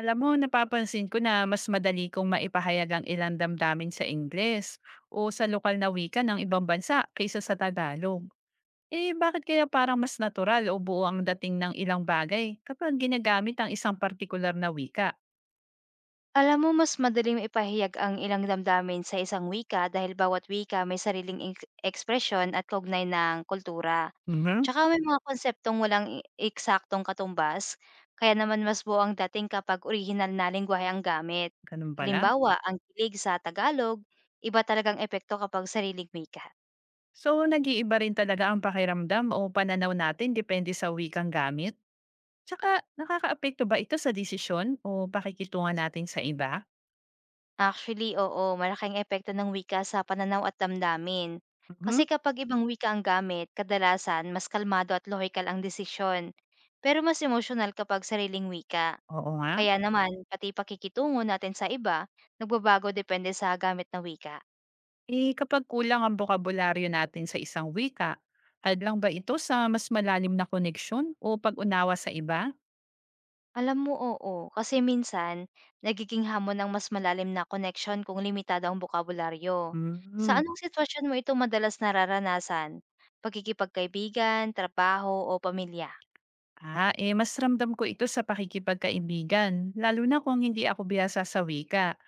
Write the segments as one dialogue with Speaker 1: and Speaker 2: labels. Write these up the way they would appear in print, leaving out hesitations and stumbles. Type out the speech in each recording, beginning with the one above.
Speaker 1: Alam mo, napapansin ko na mas madali kong maipahayag ang ilang damdamin sa Ingles o sa lokal na wika ng ibang bansa kaysa sa Tagalog. Eh, bakit kaya parang mas natural o buo ang dating ng ilang bagay kapag ginagamit ang isang partikular na wika?
Speaker 2: Alam mo mas madaling maipahayag ang ilang damdamin sa isang wika dahil bawat wika may sariling ekspresyon at kaugnay ng kultura.
Speaker 1: Mhm,
Speaker 2: Tsaka may mga konseptong walang eksaktong katumbas, kaya naman mas buo ang dating kapag orihinal na lingwahe ang gamit.
Speaker 1: ganun pala.
Speaker 2: Halimbawa, ang kilig sa Tagalog, iba talagang epekto kapag sariling wika.
Speaker 1: So, nag-iiba rin talaga ang pakiramdam o pananaw natin depende sa wikang gamit? Tsaka, nakakaapekto ba ito sa desisyon o pakikitungan natin sa iba?
Speaker 2: Actually, oo, malaking epekto ng wika sa pananaw at damdamin. Kasi
Speaker 1: Mhm,
Speaker 2: kapag ibang wika ang gamit, kadalasan mas kalmado at logical ang desisyon. Pero mas emosyonal kapag sariling wika.
Speaker 1: oo nga.
Speaker 2: Kaya naman, pati pakikitungo natin sa iba, nagbabago depende sa gamit na wika.
Speaker 1: Eh, kapag kulang ang bokabularyo natin sa isang wika, hadlang ba ito sa mas malalim na koneksyon o pag-unawa sa iba?
Speaker 2: Alam mo, oo, kasi minsan, nagiging hamon ng mas malalim na connection kung limitado ang bokabularyo. Sa
Speaker 1: Mm.
Speaker 2: anong sitwasyon mo ito madalas nararanasan? Pagkikipagkaibigan, trabaho, o pamilya?
Speaker 1: Ah, eh mas ramdam ko ito sa pakikipagkaibigan, lalo na kung hindi ako biyasa sa wika.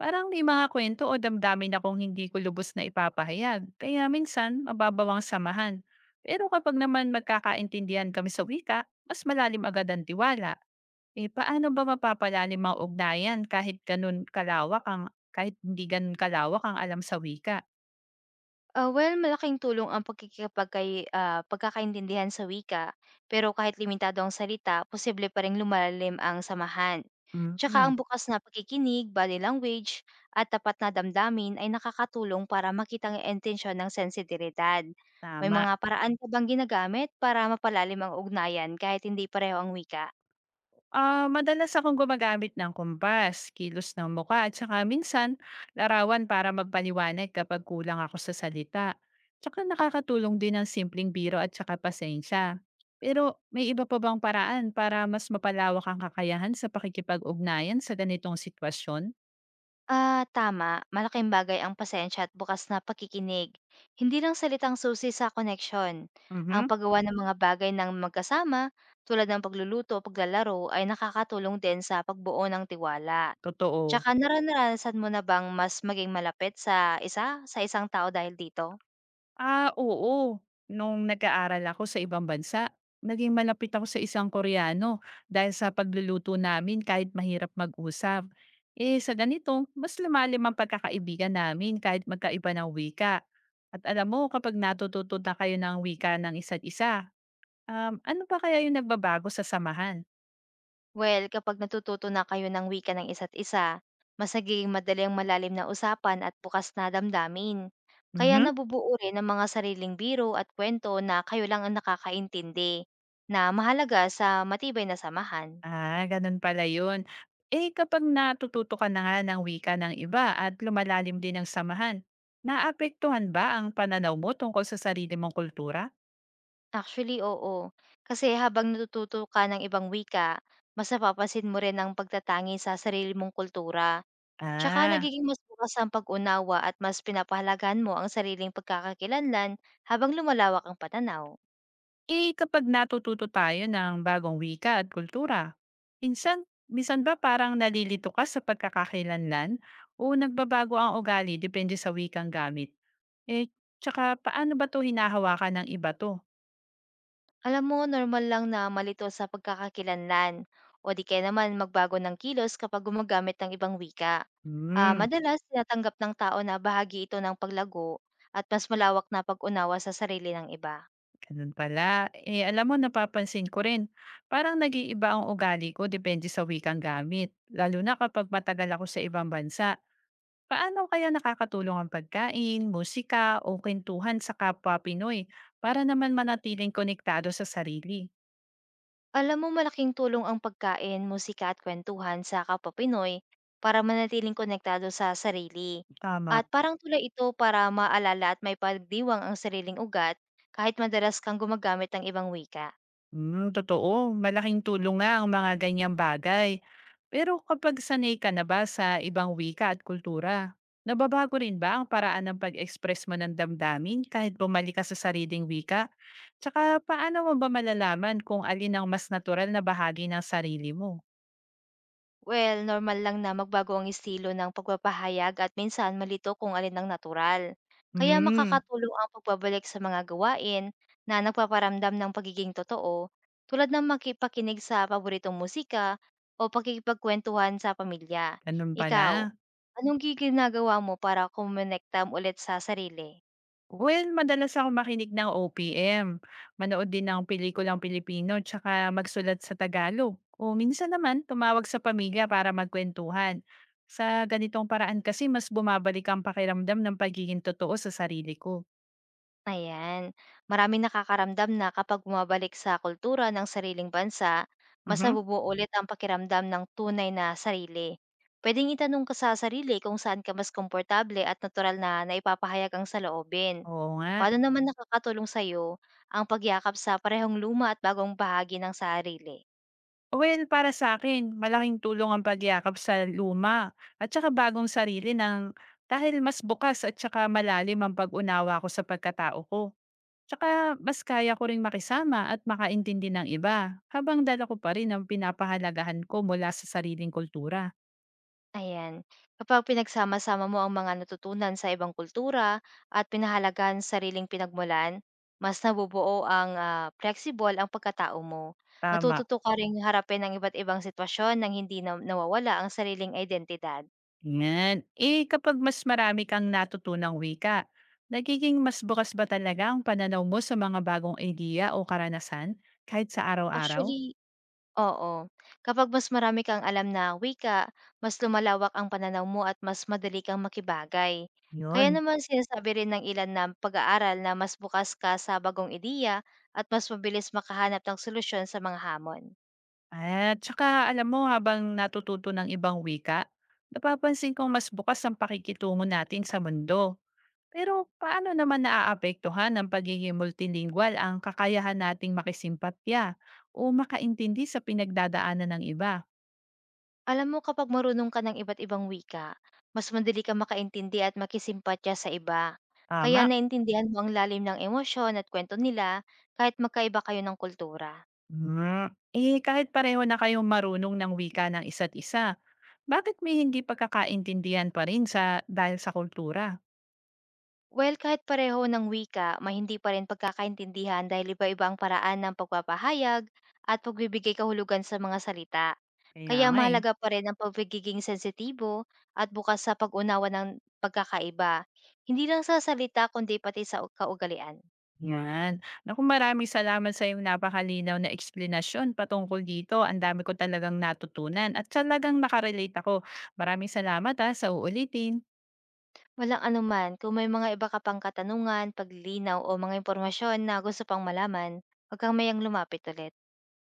Speaker 1: Parang may mga kwento o damdamin akong hindi ko lubos na ipapahayag, kaya minsan mababawang samahan. Pero kapag naman magkakaintindihan kami sa wika, mas malalim agad ang tiwala. Eh, paano ba mapapalalim ang ugnayan kahit gano'n kalawak ang kahit hindi gano'n kalawak ang alam sa wika?
Speaker 2: Ah, well, malaking tulong ang pagkakaintindihan sa wika. Pero kahit limitado ang salita, posible pa ring lumalim ang samahan. Tsaka
Speaker 1: Mm,
Speaker 2: ang bukas na pakikinig, body language, at tapat na damdamin ay nakakatulong para makita ang intensyon ng sensitibidad. May
Speaker 1: tama.
Speaker 2: mga paraan ka bang ginagamit para mapalalim ang ugnayan kahit hindi pareho ang wika?
Speaker 1: Ah, madalas akong gumagamit ng kompas, kilos ng mukha at saka minsan larawan para magpaliwanag kapag kulang ako sa salita. Tsaka nakakatulong din ang simpleng biro at saka pasensya. Pero may iba pa bang paraan para mas mapalawak ang kakayahan sa pakikipag-ugnayan sa ganitong sitwasyon?
Speaker 2: Ah, tama. Malaking bagay ang pasensya at bukas na pakikinig. Hindi lang salitang susi sa koneksyon. Ang
Speaker 1: Mhm,
Speaker 2: paggawa ng mga bagay ng magkasama, tulad ng pagluluto o paglalaro, ay nakakatulong din sa pagbuo ng tiwala.
Speaker 1: totoo.
Speaker 2: Tsaka naranasan mo na bang mas maging malapit sa isang tao dahil dito?
Speaker 1: Ah, oo. Nung nag-aaral ako sa ibang bansa, naging malapit ako sa isang Koreano dahil sa pagluluto namin kahit mahirap mag-usap. Eh, sa ganito, mas lumalim ang pagkakaibigan namin kahit magkaiba ng wika. At alam mo, kapag natututo na kayo ng wika ng isa't isa, ano pa kaya yung nagbabago sa samahan?
Speaker 2: Well, kapag natututo na kayo ng wika ng isa't isa, mas nagiging madali ang malalim na usapan at bukas na damdamin. Kaya
Speaker 1: Mhm.
Speaker 2: nabubuo rin ang mga sariling biro at kwento na kayo lang ang nakakaintindi, na mahalaga sa matibay na samahan.
Speaker 1: Ah, ganun pala yun. Eh, kapag natututo ka na nga ng wika ng iba at lumalalim din ang samahan, naapektuhan ba ang pananaw mo tungkol sa sarili mong kultura?
Speaker 2: Actually, oo. Kasi habang natututo ka ng ibang wika, mas napapasin mo rin ang pagtatangi sa sarili mong kultura. Tsaka
Speaker 1: Ah,
Speaker 2: nagiging mas bukas ang pag-unawa at mas pinapahalagan mo ang sariling pagkakakilanlan habang lumalawak ang pananaw.
Speaker 1: eh kapag natututo tayo ng bagong wika at kultura, minsan, minsan ba parang nalilito ka sa pagkakakilanlan o nagbabago ang ugali depende sa wikang gamit? Eh, tsaka paano ba to hinahawakan ng iba to?
Speaker 2: Alam mo, normal lang na malito sa pagkakakilanlan o di kaya naman magbago ng kilos kapag gumagamit ng ibang wika. Ah,
Speaker 1: Hmm.
Speaker 2: madalas tinatanggap ng tao na bahagi ito ng paglago at mas malawak na pag-unawa sa sarili ng iba.
Speaker 1: Ganun pala. Eh, alam mo, napapansin ko rin, parang nag-iiba ang ugali ko depende sa wikang gamit, lalo na kapag matagal ako sa ibang bansa. Paano kaya nakakatulong ang pagkain, musika, o kwentuhan sa kapwa Pinoy para naman manatiling konektado sa sarili?
Speaker 2: Alam mo, malaking tulong ang pagkain, musika at kwentuhan sa kapwa Pinoy para manatiling konektado sa sarili.
Speaker 1: Tama.
Speaker 2: At parang tulay ito para maalala at may pagdiwang ang sariling ugat kahit madalas kang gumagamit ng ibang wika.
Speaker 1: Hmm, totoo. Malaking tulong nga ang mga ganyang bagay. Pero kapag sanay ka na ba sa ibang wika at kultura, nababago rin ba ang paraan ng pag-express mo ng damdamin kahit bumalik ka sa sariling wika? Tsaka paano mo ba malalaman kung alin ang mas natural na bahagi ng sarili mo?
Speaker 2: Well, normal lang na magbago ang estilo ng pagpapahayag at minsan malito kung alin ang natural. Kaya
Speaker 1: Hmm,
Speaker 2: makakatulong ang pagbabalik sa mga gawain na nagpaparamdam ng pagiging totoo tulad ng makipakinig sa paboritong musika o pakikipagkwentuhan sa pamilya.
Speaker 1: ganun
Speaker 2: Ikaw,
Speaker 1: pala.
Speaker 2: anong ginagawa mo para kumonekta ulit sa sarili?
Speaker 1: Well, madalas akong makinig ng OPM, manood din ng pelikulang Pilipino tsaka magsulat sa Tagalog. O minsan naman, tumawag sa pamilya para magkwentuhan. Sa ganitong paraan kasi mas bumabalik ang pakiramdam ng pagiging totoo sa sarili ko.
Speaker 2: Ayan. Maraming nakakaramdam na kapag bumabalik sa kultura ng sariling bansa, mas
Speaker 1: Mhm.
Speaker 2: nabubuo ulit ang pakiramdam ng tunay na sarili. Pwedeng itanong ka sa sarili kung saan ka mas komportable at natural na naipapahayag ang saloobin.
Speaker 1: Oo nga.
Speaker 2: Paano naman nakakatulong sa'yo ang pagyakap sa parehong luma at bagong bahagi ng sarili?
Speaker 1: Well, para sa akin, malaking tulong ang pagyakap sa luma at saka bagong sarili ng dahil mas bukas at saka malalim ang pag-unawa ko sa pagkatao ko. Tsaka mas kaya ko ring makisama at makaintindi ng iba habang dala ko pa rin ang pinapahalagahan ko mula sa sariling kultura.
Speaker 2: Ayan. Kapag pinagsama-sama mo ang mga natutunan sa ibang kultura at pinahalagan sariling pinagmulan, mas nabubuo ang flexible ang pagkatao mo.
Speaker 1: Tama.
Speaker 2: Natututo ka ring harapin ang iba't ibang sitwasyon nang hindi na nawawala ang sariling identidad.
Speaker 1: Yan. Eh kapag mas marami kang natutunang wika, nagiging mas bukas ba talaga ang pananaw mo sa mga bagong idea o karanasan kahit sa araw-araw?
Speaker 2: Actually, oo. Kapag mas marami kang alam na wika, mas lumalawak ang pananaw mo at mas madali kang makibagay. Kaya
Speaker 1: Yun.
Speaker 2: naman sinasabi rin ng ilan na pag-aaral na mas bukas ka sa bagong ideya at mas mabilis makahanap ng solusyon sa mga hamon.
Speaker 1: At tsaka alam mo habang natututo ng ibang wika, napapansin kong mas bukas ang pakikitungo natin sa mundo. Pero paano naman naaapektuhan ng pagiging multilingual ang kakayahan nating makisimpatya o makaintindi sa pinagdadaanan ng iba?
Speaker 2: Alam mo kapag marunong ka ng iba't ibang wika, mas madali kang makaintindi at makisimpatya sa iba. Kaya
Speaker 1: Tama.
Speaker 2: naintindihan mo ang lalim ng emosyon at kwento nila kahit magkaiba kayo ng kultura.
Speaker 1: Mm. Eh kahit pareho na kayong marunong ng wika ng isa't isa, bakit may hindi pagkakaintindihan pa rin sa dahil sa kultura?
Speaker 2: Well, kahit pareho ng wika, may hindi pa rin pagkakaintindihan dahil iba-iba ang paraan ng pagpapahayag at pagbibigay kahulugan sa mga salita.
Speaker 1: Kaya
Speaker 2: Kaya
Speaker 1: nga eh.
Speaker 2: mahalaga pa rin ang pagigiging sensitibo at bukas sa pag-unawa ng pagkakaiba. Hindi lang sa salita kundi pati sa kaugalian.
Speaker 1: Yan. Naku, maraming salamat sa iyong napakalinaw na eksplanasyon patungkol dito. Ang dami ko talagang natutunan at talagang nakarelate ako. Maraming salamat ha, sa uulitin.
Speaker 2: Walang anuman, kung may mga iba ka pang katanungan, paglilinaw o mga impormasyon na gusto pang malaman, huwag kang mayang lumapit ulit.